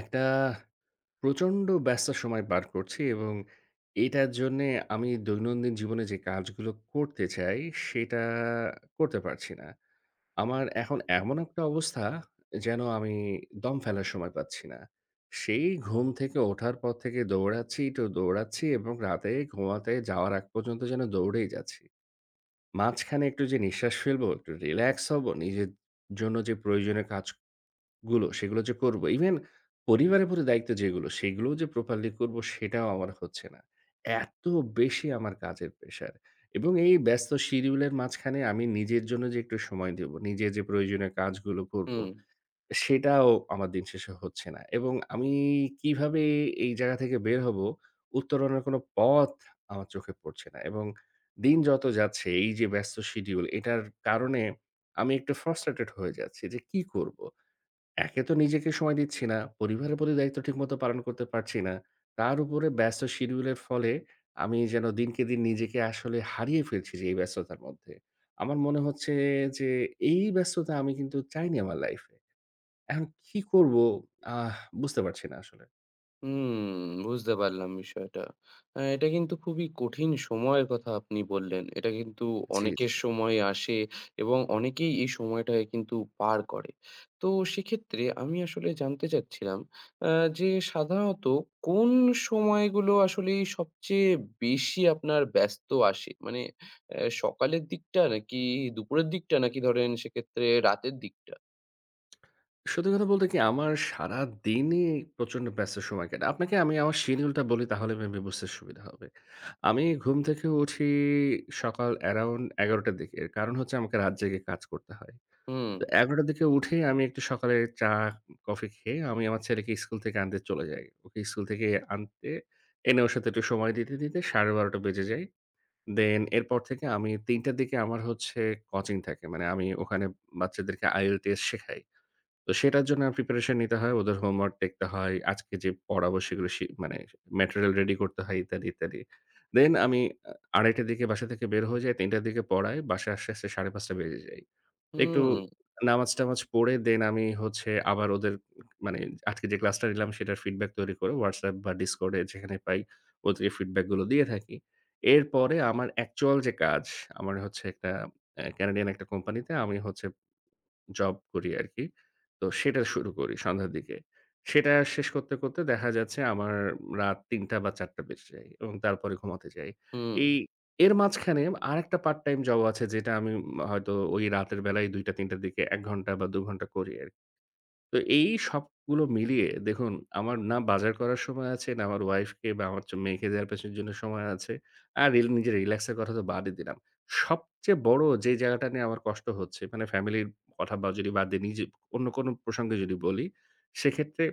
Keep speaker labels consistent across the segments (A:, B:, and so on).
A: একটা প্রচণ্ড ব্যস্ত সময় পার করছি এবং এটার জন্যে আমি দৈনন্দিন জীবনে যে কাজগুলো করতে চাই, সেটা করতে পারছি না। আমার এখন এমন একটা অবস্থা যেন আমি দম ফেলার সময় পাচ্ছি না। সেই ঘুম থেকে ওঠার পর থেকে দৌড়াচ্ছি তো দৌড়াচ্ছি এবং রাতে ঘুমাতে যাওয়ার আগ পর্যন্ত যেন দৌড়েই যাচ্ছি। মাঝখানে একটু যে নিঃশ্বাস ফেলবো, একটু রিল্যাক্স হবো, নিজের জন্য যে প্রয়োজনীয় কাজ গুলো সেগুলো যে করব। ইভেন পরিবারের প্রতি দায়িত্ব যেগুলো সেগুলোও যে প্রপারলি করব সেটাও আমার হচ্ছে না। এত বেশি আমার কাজের প্রেশার এবং এই ব্যস্ত শিডিউলের মাঝখানে আমি নিজের জন্য যে একটু সময় দেব, নিজে যে প্রয়োজনীয় কাজগুলো করব
B: হুম,
A: সেটাও আমার দিন শেষে হচ্ছে না। এবং আমি কিভাবে এই জায়গা থেকে বের হব উত্তরণের কোনো পথ আমার চোখে পড়ছে না। এবং দিন যত যাচ্ছে এই যে ব্যস্ত শিডিউল এটার কারণে আমি একটু ফ্রাস্ট্রেটেড হয়ে যাচ্ছি যে কি করব? একে তো নিজেকে সময় দিচ্ছি না, পরিবারের প্রতি দায়িত্ব ঠিকমতো পালন করতে পারছি না। তার উপরে ব্যস্ত শিডিউলের ফলে আমি যেন দিনকে দিন নিজেকে আসলে হারিয়ে ফেলছি যে এই ব্যস্ততার মধ্যে। আমার মনে হচ্ছে যে এই ব্যস্ততা আমি কিন্তু চাইনি আমার লাইফ এ। এখন কি করব আহ বুঝতে পারছি না আসলে।
B: হুম, বুঝতে পারলাম বিষয়টা। এটা কিন্তু খুবই কঠিন সময়ের কথা আপনি বললেন। এটা কিন্তু
A: জি, জি।
B: অনেকের সময় আসে এবং অনেকেই এই সময়টায় কিন্তু পার করে। তো সেক্ষেত্রে আমি আসলে জানতে চাচ্ছিলাম আ যে সাধারণত কোন সময়গুলো আসলেই সবচেয়ে বেশি আপনার ব্যস্ত আসে? মানে সকালের দিকটা নাকি দুপুরের দিকটা নাকি ধরেন সেক্ষেত্রে রাতের দিকটা?
A: সত্যি কথা বলতে কি আমার সারাদিনই প্রচন্ড ব্যস্ত সময় কাটে। আপনাকে আমি আমার শিডিউলটা বলি তাহলে মেবি বুঝতে সুবিধা হবে। আমি ঘুম থেকে উঠি সকাল অ্যারাউন্ড ১১ঃ০০ টার দিকে। এর কারণ হচ্ছে আমাকে রাত জেগে কাজ করতে হয়।
B: হুম,
A: তো ১১ঃ০০ টার দিকে উঠেই আমি একটু সকালে চা, কফি খেয়ে আমি আমার ছেলেকে স্কুল থেকে আনতে চলে যাই। ওকে স্কুল থেকে আনতে এনে ওর সাথে একটু সময় দিতে, দিতে ১২:৩০ বেজে যায়। দেন এরপর থেকে আমি ৩ঃ০০ টার দিকে আমার হচ্ছে কোচিং থাকে। মানে আমি ওখানে বাচ্চাদেরকে IELTS টেস্ট শেখাই। তো সেটার জন্য প্রিপারেশন নিতে হয়। ওদের হোমওয়ার্ক দেখতে হয়। আজকে যে পড়াবো সেগুলো মানে ম্যাটেরিয়াল রেডি করতে হয় ইত্যাদি, ইত্যাদি। দেন আমি ২:৩০ দিকে বাসা থেকে বের হয়ে যাই। ৩:০০ র দিকে পড়াই। বাসায় আসতে, আসতে ৫:৩০ বেজে যায়। একটু
B: হুম,
A: নামাজ-টামাজ পড়ে দেন আমি হচ্ছে আবার ওদের মানে আজকে যে ক্লাসটা নিলাম সেটার ফিডব্যাক তৈরি করে WhatsApp বা Discord এ যেখানে পাই ওদেরকে ফিডব্যাক গুলো দিয়ে থাকি। এরপরে আমার অ্যাকচুয়াল যে কাজ আমার হচ্ছে একটা কানাডিয়ান একটা কোম্পানিতে আমি হচ্ছে জব করি আরকি। তো সেটা শুরু করি সন্ধ্যার দিকে। সেটা শেষ করতে, করতে দেখা যাচ্ছে আমার রাত ৩টা বা ৪টা বেজে যায় এবং তারপরে ঘুমাতে যাই।
B: হুম,
A: এই এর মাঝখানে আরেকটা পার্ট টাইম জব আছে যেটা আমি হয়তো ওই রাতের বেলায় ২টা ৩টার দিকে ১ ঘন্টা বা ২ ঘন্টা করি আরকি। তো এই সবগুলো মিলিয়ে দেখুন, আমার না বাজার করার সময় আছে, না আমার ওয়াইফকে বা আমার মেয়েকে therapist-এর জন্য সময় আছে। আর নিজের রিল্যাক্স এর কথা তো বাদই দিলাম। সবচেয়ে বড় যে জায়গাটা নিয়ে আমার কষ্ট হচ্ছে, মানে ফ্যামিলির কথা বা যদি বাদ দিয়ে নিজে অন্য কোনো প্রসঙ্গে যদি বলি, সেক্ষেত্রে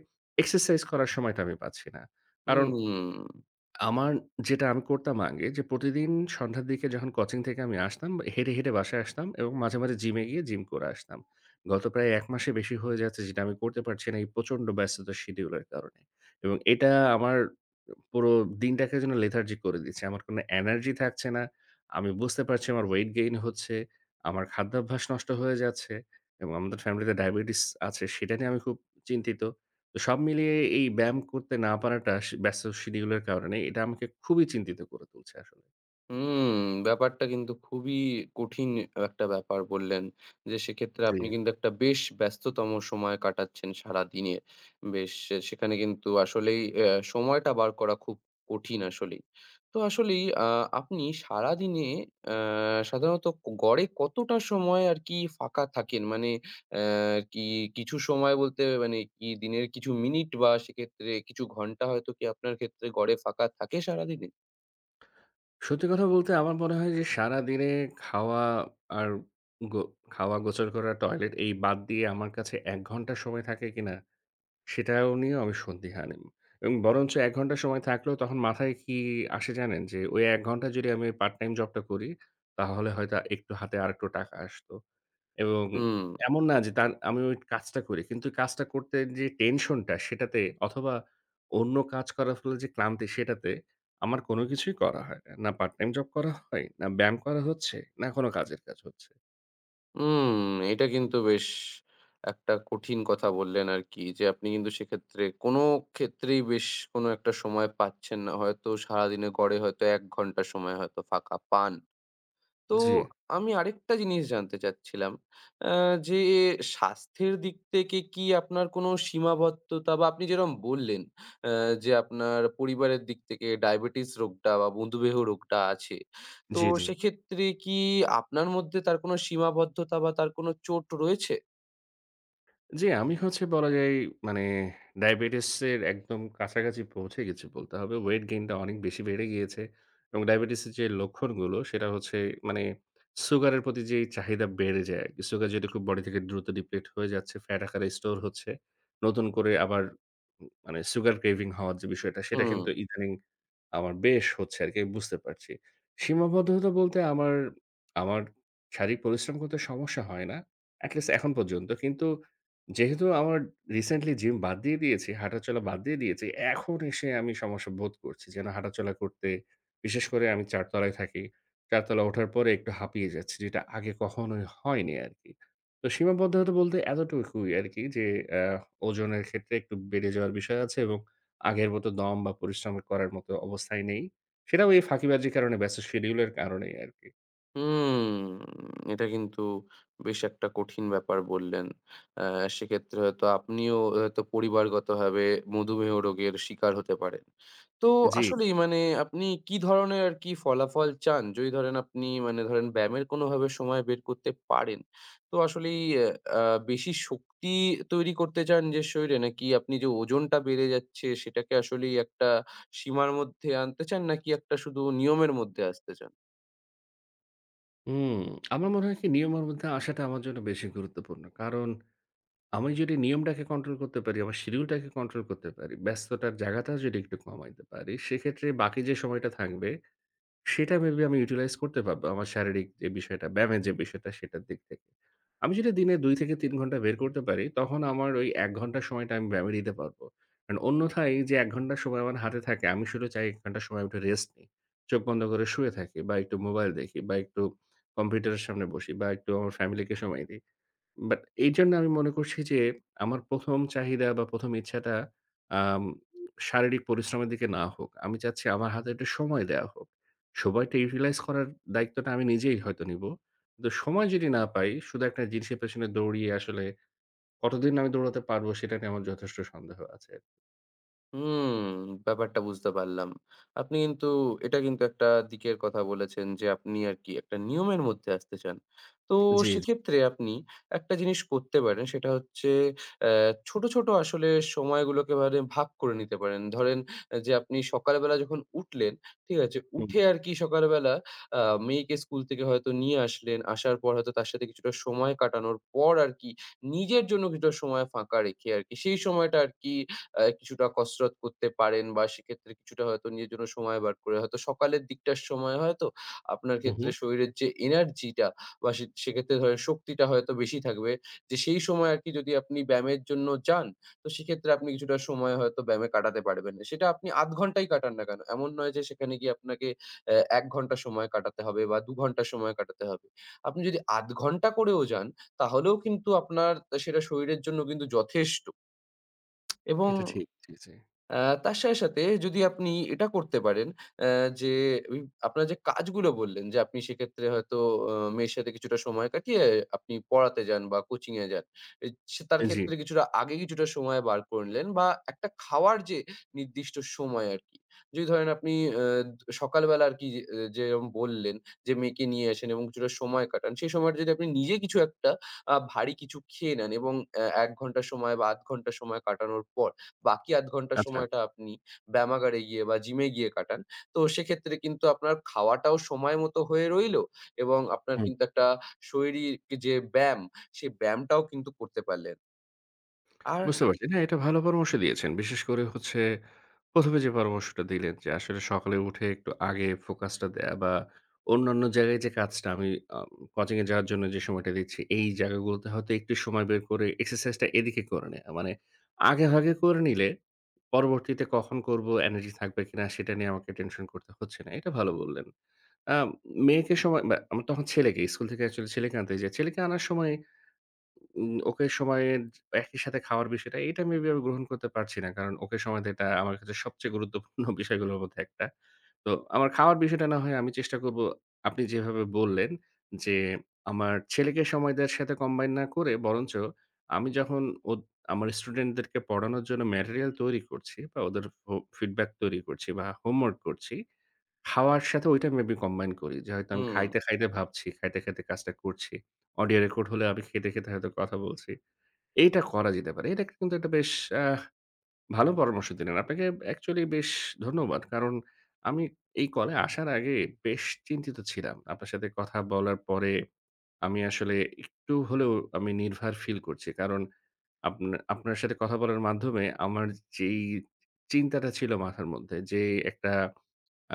A: এক্সারসাইজ করার সময়টা আমি পাচ্ছি না। কারণ
B: হুম।
A: আমার যেটা আমি করতাম আগে যে প্রতিদিন সন্ধ্যার দিকে যখন কোচিং থেকে আমি আসতাম হেঁটে, হেঁটে বাসায় আসতাম এবং মাঝে, মাঝে জিমে গিয়ে জিম করে আসতাম। গত প্রায় ১ মাসের বেশি হয়ে যাচ্ছে যেটা আমি করতে পারছি না এই প্রচণ্ড ব্যস্ততার শিডিউলের কারণে। এবং এটা আমার পুরো দিনটাকে যেন লেথার্জিক করে দিচ্ছে। আমার কোনো এনার্জি থাকছে না। আমি বুঝতে পারছি আমার ওয়েট গেইন হচ্ছে, আমার খাদ্যাভ্যাস নষ্ট হয়ে যাচ্ছে এবং আমাদের ফ্যামিলিতে ডায়াবেটিস আছে সেটা নিয়ে আমি খুব চিন্তিত। তো সব মিলিয়ে এই ব্যায়াম করতে না পারাটা ব্যস্ত শিডিউলের কারণে এটা আমাকে খুবই চিন্তিত করে তুলছে আসলে।
B: হুম, ব্যাপারটা কিন্তু খুবই কঠিন একটা ব্যাপার বললেন। যে সেক্ষেত্রে
A: জি।
B: আপনি কিন্তু একটা বেশ ব্যস্ততম সময় কাটাচ্ছেন সারাদিনে। বেশ সেখানে কিন্তু আসলেই সময়টা বার করা খুব কঠিন আসলেই। তো আসলেই আপনি সারাদিনে অ্যা সাধারণত গড়ে কতটা সময় আরকি ফাঁকা থাকেন? মানে কি কিছু সময় বলতে মানে কি দিনের কিছু মিনিট বা সেক্ষেত্রে কিছু ঘন্টা হয়তো কি আপনার ক্ষেত্রে গড়ে ফাঁকা থাকে সারাদিনে?
A: সত্যি কথা বলতে আমার মনে হয় যে সারাদিনে খাওয়া আর গো খাওয়া, গোসল করা, টয়লেট এই বাদ দিয়ে আমার কাছে ১ ঘন্টা সময় থাকে কিনা সেটাও নিয়েও আমি সন্দিহান এবং বরঞ্চ ১ ঘন্টা সময় থাকলেও তখন মাথায় কি আসে জানেন? যে ওই ১ ঘন্টা যদি আমি পার্ট টাইম জবটা করি তাহলে হয়তো একটু হাতে আরেকটু টাকা আসতো। এবং
B: হুম।
A: এমন না যে তার আমি ওই কাজটা করি। কিন্তু কাজটা করতে যে টেনশনটা সেটাতে অথবা অন্য কাজ করার ফলে যে ক্লান্তি সেটাতে আমার কোনো কিছুই করা হয় না। না পার্ট টাইম জব করা হয়, না ব্যায়াম করা হচ্ছে, না কোনো কাজের কাজ হচ্ছে।
B: হুম, এটা কিন্তু বেশ একটা কঠিন কথা বললেন আরকি যে, আপনি কিন্তু সেক্ষেত্রে কোনো ক্ষেত্রেই বেশ কোনো একটা সময় পাচ্ছেন না। হয়তো সারাদিনে গড়ে হয়তো ১ ঘন্টা সময় হয়তো ফাঁকা পান। তো
A: জি,
B: আমি আরেকটা জিনিস জানতে চাচ্ছিলাম আ যে স্বাস্থ্যের দিক থেকে কি আপনার কোনো সীমাবদ্ধতা বা আপনি যেরকম বললেন যে আপনার পরিবারের দিক থেকে ডায়াবেটিস রোগটা বা মধুমেহ রোগটা আছে। তো
A: জি, জি।
B: সেক্ষেত্রে কি আপনার মধ্যে তার কোনো সীমাবদ্ধতা বা তার কোনো চোট রয়েছে?
A: জি, আমি হচ্ছে বলা যায় মানে ডায়াবেটিসের একদম কাছাকাছি পৌঁছে গেছি বলতে হবে। ওয়েট গেইনটা অনেক বেশি বেড়ে গিয়েছে এবং ডায়াবেটিসের যে লক্ষণগুলো সেটা হচ্ছে মানে সুগারের প্রতি যেই চাহিদা বেড়ে যায় আরকি। সুগার যেহেতু খুব বডি থেকে দ্রুত ডিপ্লেট হয়ে যাচ্ছে, ফ্যাট আকারে স্টোর হচ্ছে। নতুন করে আবার মানে সুগার ক্রেভিং হওয়ার যে বিষয়টা সেটা
B: হুম।
A: কিন্তু ইদানিং আমার বেশ হচ্ছে আরকি আমি বুঝতে পারছি। সীমাবদ্ধতা বলতে আমার শারীরিক পরিশ্রম করতে সমস্যা হয় না। এট লিস্ট এখন পর্যন্ত। কিন্তু যেহেতু আমার রিসেন্টলি জিম বাদ দিয়ে দিয়েছি, হাঁটাচলা বাদ দিয়ে দিয়েছি, এখন এসে আমি সমস্যা বোধ করছি। যেন হাঁটাচলা করতে বিশেষ করে আমি ৪ তলায় থাকি। ৪ তলা ওঠার পরে একটু হাঁপিয়ে যাচ্ছি, যেটা আগে কখনোই হয়নি আরকি। তো সীমাবদ্ধতা বলতে এতটুকুই আরকি যে আ ওজনের ক্ষেত্রে একটু বেড়ে যাওয়ার বিষয় আছে এবং আগের মতো দম বা পরিশ্রম করার মতো অবস্থায় নেই। সেটাও এই ফাঁকিবাজির কারণে ব্যস্ত শিডিউলের কারণেই আরকি।
B: হুম, এটা কিন্তু বেশ একটা কঠিন ব্যাপার বললেন। অ্যা সেক্ষেত্রে হয়তো আপনিও হয়তো পরিবারগতভাবে মধুমেহ রোগের শিকার হতে পারেন। তো
A: জি।
B: আসলেই মানে আপনি কি ধরনের আরকি ফলাফল চান? যদি ধরেন আপনি মানে ধরেন ব্যায়ামের কোনোভাবে সময় বের করতে পারেন, তো আসলেই অ্যা আ বেশি শক্তি তৈরি করতে চান নিজের শরীরে? নাকি আপনি যে ওজনটা বেড়ে যাচ্ছে সেটাকে আসলেই একটা সীমার মধ্যে আনতে চান? নাকি একটা শুধু নিয়মের মধ্যে আসতে চান?
A: হুম, আমার মনে হয় কি নিয়মের মধ্যে আসাটা আমার জন্য বেশি গুরুত্বপূর্ণ। কারণ আমি যদি নিয়মটাকে কন্ট্রোল করতে পারি, আমার শিডিউলটাকে কন্ট্রোল করতে পারি, ব্যস্ততার জায়গাটা যদি একটু কমাইতে পারি, সেক্ষেত্রে বাকি যে সময়টা থাকবে, সেটা মেবি আমি ইউটিলাইজ করতে পারব। আমার শারীরিক যে বিষয়টা, ব্যায়ামের যে বিষয়টা, সেটার দিক থেকে। আমি যদি দিনে ২ থেকে ৩ ঘন্টা বের করতে পারি, তখন আমার ওই ১ ঘন্টার সময়টা আমি ব্যায়ামে দিতে পারব। কারণ অন্যথায় যে ১ ঘন্টা সময় আমার হাতে থাকে, আমি শুধু চাই ১ ঘন্টা সময় উঠে রেস্ট নিই। চোখ বন্ধ করে শুয়ে থাকি বা একটু মোবাইল দেখি বা একটু কম্পিউটারের সামনে বসি বা একটু আমার ফ্যামিলিকে সময় দিই। বাট এইজন্য আমি মনে করছি যে, আমার ১ম চাহিদা বা ১ম ইচ্ছাটা আম শারীরিক পরিশ্রমের দিকে না হোক। আমি চাচ্ছি আমার হাতে একটু সময় দেয়া হোক। সময়টা ইউটিলাইজ করার দায়িত্বটা আমি নিজেই হয়তো নিবো। কিন্তু সময় যদি না পাই, শুধু একটা জিনিসের পেছনে দৌড়িয়ে আসলে কতদিন আমি দৌড়াতে পারবো সেটা নিয়ে আমার যথেষ্ট সন্দেহ আছে।
B: হুম, ব্যাপারটা বুঝতে পারলাম। আপনি কিন্তু এটা কিন্তু একটা দিকের কথা বলেছেন যে, আপনি আরকি একটা নিয়মের মধ্যে আসতে চান। তো
A: জি, জি।
B: সেক্ষেত্রে আপনি একটা জিনিস করতে পারেন, সেটা হচ্ছে ছোট, ছোট আসলে সময়গুলোকে মানে ভাগ করে নিতে পারেন। ধরেন যে আপনি সকালবেলা যখন উঠলেন, ঠিক আছে?
A: হুম,
B: উঠে আরকি সকালবেলা আ মেয়েকে স্কুল থেকে হয়তো নিয়ে আসলেন। আসার পর হয়তো তার সাথে কিছুটা সময় কাটানোর পর আরকি নিজের জন্য কিছুটা সময় ফাঁকা রেখে আরকি সেই সময়টা আরকি কিছুটা কসরত করতে পারেন বা সেক্ষেত্রে কিছুটা হয়তো নিজের জন্য সময় বার করে হয়তো সকালের দিকটার সময় হয়তো আপনার
A: হু, হু।
B: ক্ষেত্রে শরীরের যে এনার্জিটা বা সে সেক্ষেত্রে ধরেন শক্তিটা হয়তো বেশি থাকবে। যে সেই সময় আরকি যদি আপনি ব্যায়ামের জন্য যান, তো সেক্ষেত্রে আপনি কিছুটা সময় হয়তো ব্যায়ামে কাটাতে পারবেন। সেটা আপনি ০.৫ ঘন্টাই কাটান না কেনো? এমন নয় যে সেখানে গিয়ে আপনাকে ১ ঘন্টা সময় কাটাতে হবে বা ২ ঘন্টা সময় কাটাতে হবে। আপনি যদি ০.৫ ঘন্টা করেও যান, তাহলেও কিন্তু আপনার সেটা শরীরের জন্য কিন্তু যথেষ্ট। এবং
A: এটা ঠিক। জি, জি।
B: আ তার সাথে, সাথে যদি আপনি এটা করতে পারেন, যে ওই আপনার যে কাজগুলো বললেন, যে আপনি সেক্ষেত্রে হয়তো মেয়ের সাথে কিছুটা সময় কাটিয়ে আপনি পড়াতে যান বা কোচিং এ যান। এ সে তার
A: জি,
B: ক্ষেত্রে কিছুটা আগে কিছুটা সময় বার করলেন বা একটা খাওয়ার যে নির্দিষ্ট সময় আরকি। যদি ধরেন আপনি আ সকালবেলা আরকি যেরকম বললেন যে মেয়েকে নিয়ে আসেন এবং কিছুটা সময় কাটান। সেই সময়টা যদি আপনি নিজে কিছু একটা ভারী কিছু খেয়ে নেন এবং ১ ঘন্টা সময় বা ৮ ঘন্টা সময় কাটানোর পর বাকি ৮ ঘন্টা
A: আচ্ছা।
B: সময়টা আপনি ব্যায়ামাগারে গিয়ে বা জিমে গিয়ে কাটান। তো সেক্ষেত্রে কিন্তু আপনার খাওয়াটাও সময় মতো হয়ে রইলো এবং আপনার
A: হুম।
B: কিন্তু একটা শরীর, যে ব্যায়াম, সেই ব্যায়ামটাও কিন্তু করতে পারলেন। আর
A: বুঝতে পারছি। না, এটা ভালো পরামর্শ দিয়েছেন। বিশেষ করে হচ্ছে ১ম এ যে পরামর্শটা দিলেন যে আসলে সকালে উঠে একটু আগে ফোকাসটা দেয়া বা অন্যান্য জায়গায় যে কাজটা আমি আম কোচিং এ যাওয়ার জন্য যে সময়টা দিচ্ছি, এই জায়গাগুলোতে হয়তো একটু সময় বের করে এক্সারসাইজটা এদিকে করে নেয়া। মানে আগেভাগে করে নিলে পরবর্তীতে কখন করব, এনার্জি থাকবে কিনা সেটা নিয়ে আমাকে টেনশন করতে হচ্ছে না। এটা ভালো বললেন। আ মেয়েকে সময় বা আমার তখন ছেলেকে স্কুল থেকে অ্যাকচুয়ালি ছেলেকে আনতে যাই। ছেলেকে আনার সময় ওকে সময়ে একই সাথে খাওয়ার বিষয়টা, এটা মেবি আমি গ্রহণ করতে পারছি না। কারণ ওকে সময় দেয়া এটা আমার কাছে সবচেয়ে গুরুত্বপূর্ণ বিষয়গুলোর মধ্যে একটা। তো আমার খাওয়ার বিষয়টা না হয় আমি চেষ্টা করব আপনি যেভাবে বললেন যে, আমার ছেলেকে সময় দেওয়ার সাথে কম্বাইন না করে বরঞ্চ আমি যখন ওদ আমার স্টুডেন্টদেরকে পড়ানোর জন্য ম্যাটেরিয়াল তৈরি করছি বা ওদের ফিডব্যাক তৈরি করছি বা হোমওয়ার্ক করছি খাওয়ার সাথে ওইটা মেবি কম্বাইন করি। যে হয়তো আমি
B: হুম।
A: খাইতে, খাইতে ভাবছি, খাইতে, খাইতে কাজটা করছি। অডিও রেকর্ড হলে আমি খেতে, খেতে হয়তো কথা বলছি। এইটা করা যেতে পারে। এটা কিন্তু একটা বেশ আহ ভালো পরামর্শ দিলেন। আপনাকে অ্যাকচুয়ালি বেশ ধন্যবাদ। কারণ আমি এই কলে আসার আগে বেশ চিন্তিত ছিলাম। আপনার সাথে কথা বলার পরে আমি আসলে একটু হলেও আমি নির্ভার ফিল করছি। কারণ আপনার সাথে কথা বলার মাধ্যমে আমার যেই চিন্তাটা ছিল মাথার মধ্যে যে একটা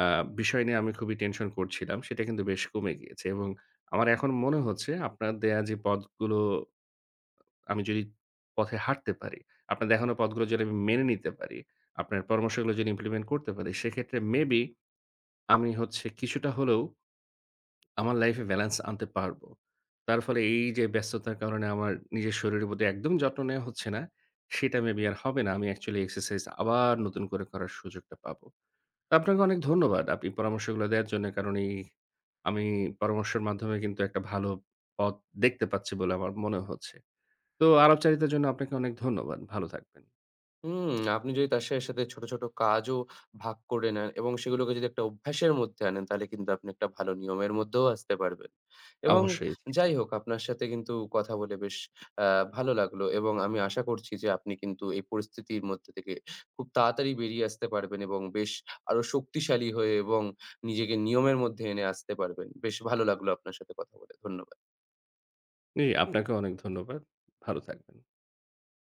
A: আ বিষয় নিয়ে আমি খুবই টেনশন করছিলাম, সেটা কিন্তু বেশ কমে গিয়েছে এবং আমার এখন মনে হচ্ছে আপনার দেয়া যে পথগুলো আমি যদি পথে হাঁটতে পারি, আপনার দেখানো পথগুলো যদি আমি মেনে নিতে পারি, আপনার পরামর্শগুলো যদি ইমপ্লিমেন্ট করতে পারি, সেক্ষেত্রে মেবি আমি হচ্ছে কিছুটা হলেও আমার লাইফে ব্যালেন্স আনতে পারবো। তার ফলে এই যে ব্যস্ততার কারণে আমার নিজের শরীরের প্রতি একদম যত্ন নেওয়া হচ্ছে না, সেটা মেবি আর হবে না। আমি অ্যাকচুয়ালি এক্সারসাইজ আবার নতুন করে করার সুযোগটা পাবো। আপনাকে অনেক ধন্যবাদ। আপনি পরামর্শগুলো দেয়ার জন্য। কারণ এই আমি পরামর্শের মাধ্যমে কিন্তু একটা ভালো পথ দেখতে পাচ্ছি বলে আমার মনে হচ্ছে। তো আলাপচারিতার জন্য আপনাকে অনেক ধন্যবাদ। ভালো থাকবেন।
B: হুম, আপনি যদি তার সাথে, সাথে ছোট, ছোট কাজও ভাগ করে নেন এবং সেগুলোকে যদি একটা অভ্যাসের মধ্যে আনেন, তাহলে কিন্তু আপনি একটা ভালো নিয়মের মধ্যেও আসতে পারবেন। এবং
A: অবশ্যই, জি, জি।
B: যাই হোক, আপনার সাথে কিন্তু কথা বলে বেশ আ ভালো লাগলো এবং আমি আশা করছি যে আপনি কিন্তু এই পরিস্থিতির মধ্যে থেকে খুব তাড়াতাড়ি বেরিয়ে আসতে পারবেন এবং বেশ আরো শক্তিশালী হয়ে এবং নিজেকে নিয়মের মধ্যে এনে আসতে পারবেন। বেশ ভালো লাগলো আপনার সাথে কথা বলে। ধন্যবাদ।
A: জি, আপনাকেও অনেক ধন্যবাদ। ভালো থাকবেন।